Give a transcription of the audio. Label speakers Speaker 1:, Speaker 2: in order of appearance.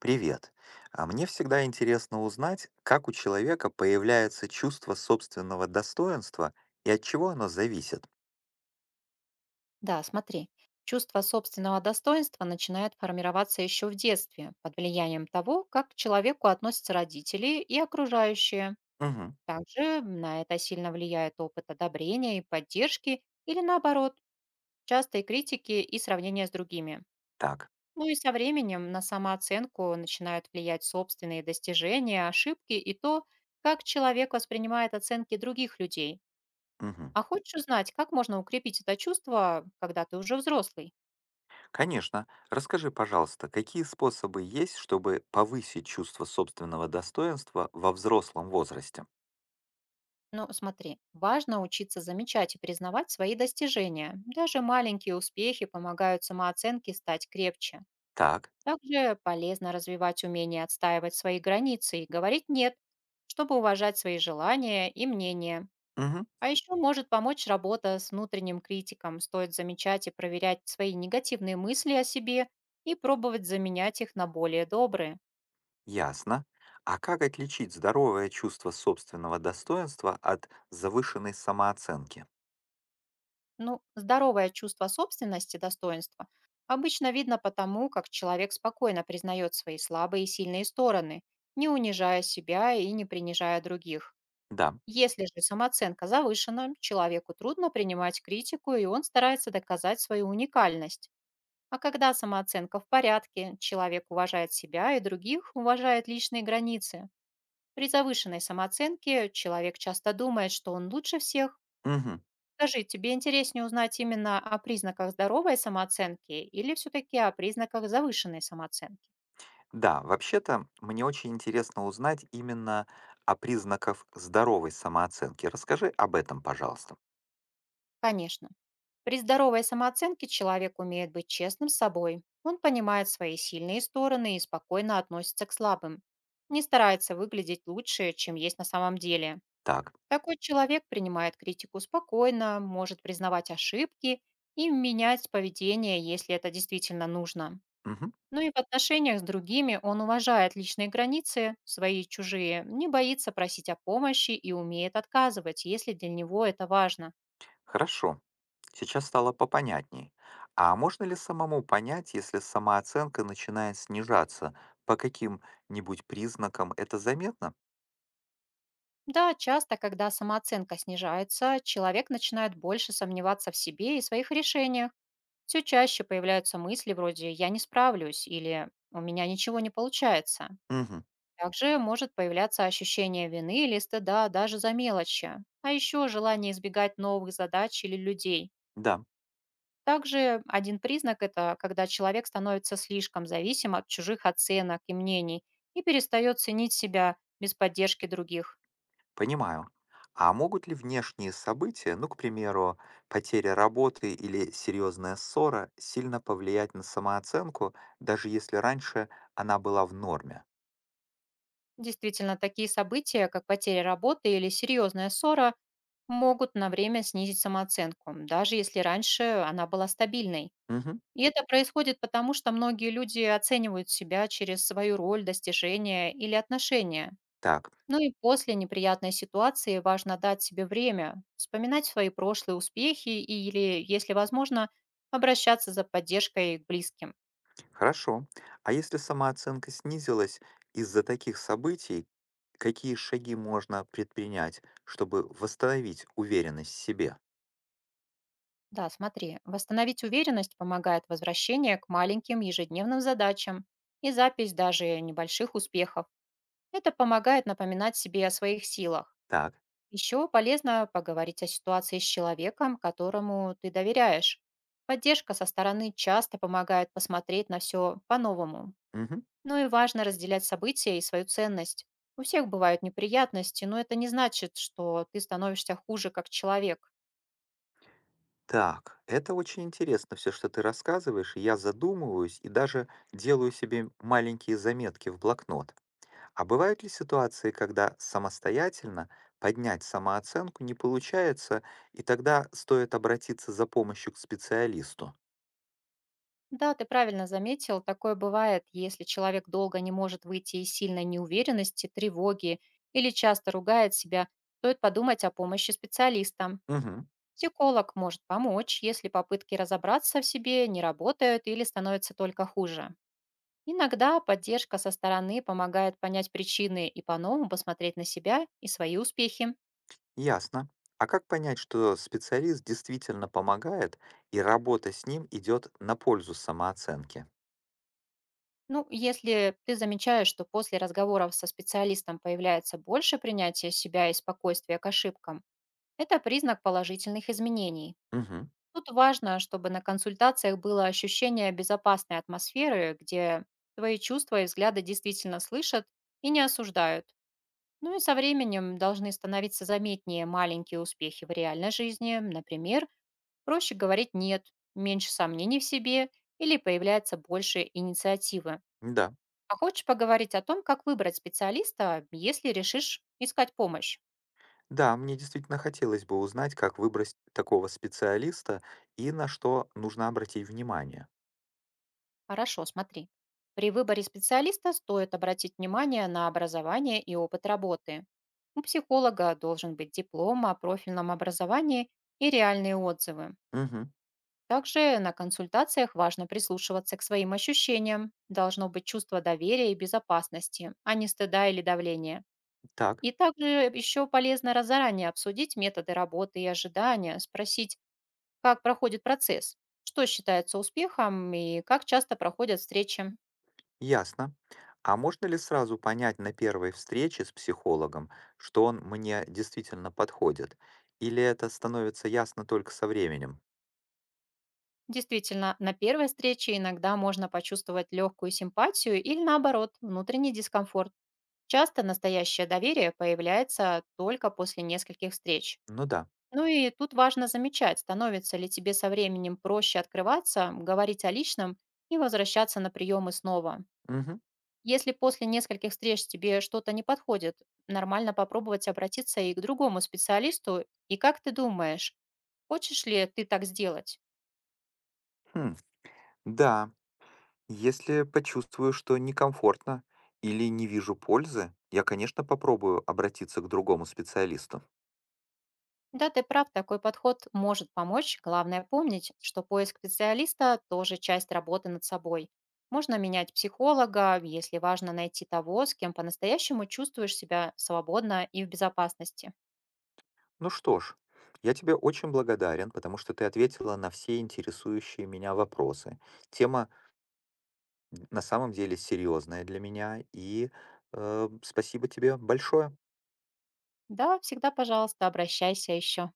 Speaker 1: Привет. Мне всегда интересно узнать, как у человека появляется чувство собственного достоинства и от чего оно зависит.
Speaker 2: Да, смотри, чувство собственного достоинства начинает формироваться еще в детстве, под влиянием того, как к человеку относятся родители и окружающие.
Speaker 1: Мгм.
Speaker 2: Также на это сильно влияет опыт одобрения и поддержки, или наоборот, частые критики и сравнения с другими.
Speaker 1: Так.
Speaker 2: Ну и со временем на самооценку начинают влиять собственные достижения, ошибки и то, как человек воспринимает оценки других людей.
Speaker 1: Мгм.
Speaker 2: А хочешь узнать, как можно укрепить это чувство, когда ты уже взрослый?
Speaker 1: Конечно. Расскажи, пожалуйста, какие способы есть, чтобы повысить чувство собственного достоинства во взрослом возрасте?
Speaker 2: Ну, смотри, важно учиться замечать и признавать свои достижения. Даже маленькие успехи помогают самооценке стать крепче.
Speaker 1: Так.
Speaker 2: Также полезно развивать умение отстаивать свои границы и говорить «нет», чтобы уважать свои желания и мнения.
Speaker 1: Мгм.
Speaker 2: А еще может помочь работа с внутренним критиком. Стоит замечать и проверять свои негативные мысли о себе и пробовать заменять их на более добрые.
Speaker 1: Ясно. А как отличить здоровое чувство собственного достоинства от завышенной самооценки?
Speaker 2: Ну, здоровое чувство собственности, достоинства обычно видно потому, как человек спокойно признает свои слабые и сильные стороны, не унижая себя и не принижая других.
Speaker 1: Да.
Speaker 2: Если же самооценка завышена, человеку трудно принимать критику, и он старается доказать свою уникальность. А когда самооценка в порядке, человек уважает себя и других, уважает личные границы. При завышенной самооценке человек часто думает, что он лучше всех.
Speaker 1: Мгм.
Speaker 2: Скажи, тебе интереснее узнать именно о признаках здоровой самооценки или все-таки о признаках завышенной самооценки?
Speaker 1: Да, вообще-то мне очень интересно узнать именно о признаках здоровой самооценки. Расскажи об этом, пожалуйста.
Speaker 2: Конечно. При здоровой самооценке человек умеет быть честным с собой. Он понимает свои сильные стороны и спокойно относится к слабым. Не старается выглядеть лучше, чем есть на самом деле.
Speaker 1: Так,
Speaker 2: Такой человек принимает критику спокойно, может признавать ошибки и менять поведение, если это действительно нужно.
Speaker 1: мгм,
Speaker 2: Ну и в отношениях с другими он уважает личные границы, свои и чужие, не боится просить о помощи и умеет отказывать, если для него это важно.
Speaker 1: хорошо. Сейчас стало попонятней. А можно ли самому понять, если самооценка начинает снижаться, по каким-нибудь признакам это заметно?
Speaker 2: Да, часто, когда самооценка снижается, человек начинает больше сомневаться в себе и своих решениях. Все чаще появляются мысли вроде «я не справлюсь» или «у меня ничего не получается».
Speaker 1: Мгм,
Speaker 2: Также может появляться ощущение вины или стыда даже за мелочи, а еще желание избегать новых задач или людей.
Speaker 1: да.
Speaker 2: Также один признак — это когда человек становится слишком зависим от чужих оценок и мнений и перестает ценить себя без поддержки других.
Speaker 1: Понимаю. А могут ли внешние события, ну, к примеру, потеря работы или серьезная ссора, сильно повлиять на самооценку, даже если раньше она была в норме?
Speaker 2: Действительно, такие события, как потеря работы или серьезная ссора, могут на время снизить самооценку, даже если раньше она была стабильной.
Speaker 1: Мгм.
Speaker 2: И это происходит потому, что многие люди оценивают себя через свою роль, достижения или отношения.
Speaker 1: Так,
Speaker 2: Ну и после неприятной ситуации важно дать себе время, вспоминать свои прошлые успехи или, если возможно, обращаться за поддержкой к близким.
Speaker 1: хорошо. А если самооценка снизилась из-за таких событий, какие шаги можно предпринять, чтобы восстановить уверенность в себе?
Speaker 2: Да, смотри, восстановить уверенность помогает возвращение к маленьким ежедневным задачам и запись даже небольших успехов. Это помогает напоминать себе о своих силах.
Speaker 1: Так.
Speaker 2: Еще полезно поговорить о ситуации с человеком, которому ты доверяешь. Поддержка со стороны часто помогает посмотреть на все по-новому.
Speaker 1: Мгм.
Speaker 2: Ну и важно разделять события и свою ценность. У всех бывают неприятности, но это не значит, что ты становишься хуже как человек.
Speaker 1: Так, это очень интересно все, что ты рассказываешь. Я задумываюсь и даже делаю себе маленькие заметки в блокнот. А бывают ли ситуации, когда самостоятельно поднять самооценку не получается, и тогда стоит обратиться за помощью к специалисту?
Speaker 2: Да, ты правильно заметил, такое бывает, если человек долго не может выйти из сильной неуверенности, тревоги или часто ругает себя, стоит подумать о помощи специалиста.
Speaker 1: Угу,
Speaker 2: Психолог может помочь, если попытки разобраться в себе не работают или становятся только хуже. Иногда поддержка со стороны помогает понять причины и по-новому посмотреть на себя и свои успехи.
Speaker 1: ясно. А как понять, что специалист действительно помогает, и работа с ним идет на пользу самооценке?
Speaker 2: Ну, если ты замечаешь, что после разговоров со специалистом появляется больше принятия себя и спокойствия к ошибкам, это признак положительных изменений.
Speaker 1: Угу,
Speaker 2: Тут важно, чтобы на консультациях было ощущение безопасной атмосферы, где твои чувства и взгляды действительно слышат и не осуждают. Ну и со временем должны становиться заметнее маленькие успехи в реальной жизни. Например, проще говорить «нет», меньше сомнений в себе или появляется больше инициативы.
Speaker 1: да.
Speaker 2: А хочешь поговорить о том, как выбрать специалиста, если решишь искать помощь?
Speaker 1: Да, мне действительно хотелось бы узнать, как выбрать такого специалиста и на что нужно обратить внимание.
Speaker 2: Хорошо, смотри. При выборе специалиста стоит обратить внимание на образование и опыт работы. У психолога должен быть диплом о профильном образовании и реальные отзывы.
Speaker 1: Мгм.
Speaker 2: Также на консультациях важно прислушиваться к своим ощущениям. Должно быть чувство доверия и безопасности, а не стыда или давления.
Speaker 1: Так,
Speaker 2: И также еще полезно заранее обсудить методы работы и ожидания, спросить, как проходит процесс, что считается успехом и как часто проходят встречи.
Speaker 1: ясно. А можно ли сразу понять на первой встрече с психологом, что он мне действительно подходит? Или это становится ясно только со временем?
Speaker 2: Действительно, на первой встрече иногда можно почувствовать легкую симпатию или наоборот, внутренний дискомфорт. Часто настоящее доверие появляется только после нескольких встреч.
Speaker 1: Ну да.
Speaker 2: Ну и тут важно замечать, становится ли тебе со временем проще открываться, говорить о личном и возвращаться на приемы снова.
Speaker 1: Мгм.
Speaker 2: Если после нескольких встреч тебе что-то не подходит, нормально попробовать обратиться и к другому специалисту. И как ты думаешь, хочешь ли ты так сделать?
Speaker 1: Хм. Да, если почувствую, что некомфортно или не вижу пользы, я, конечно, попробую обратиться к другому специалисту.
Speaker 2: Да, ты прав, такой подход может помочь. Главное помнить, что поиск специалиста тоже часть работы над собой. Можно менять психолога, если важно найти того, с кем по-настоящему чувствуешь себя свободно и в безопасности.
Speaker 1: Ну что ж, я тебе очень благодарен, потому что ты ответила на все интересующие меня вопросы. Тема на самом деле серьезная для меня, и спасибо тебе большое.
Speaker 2: Да, всегда, пожалуйста, обращайся еще.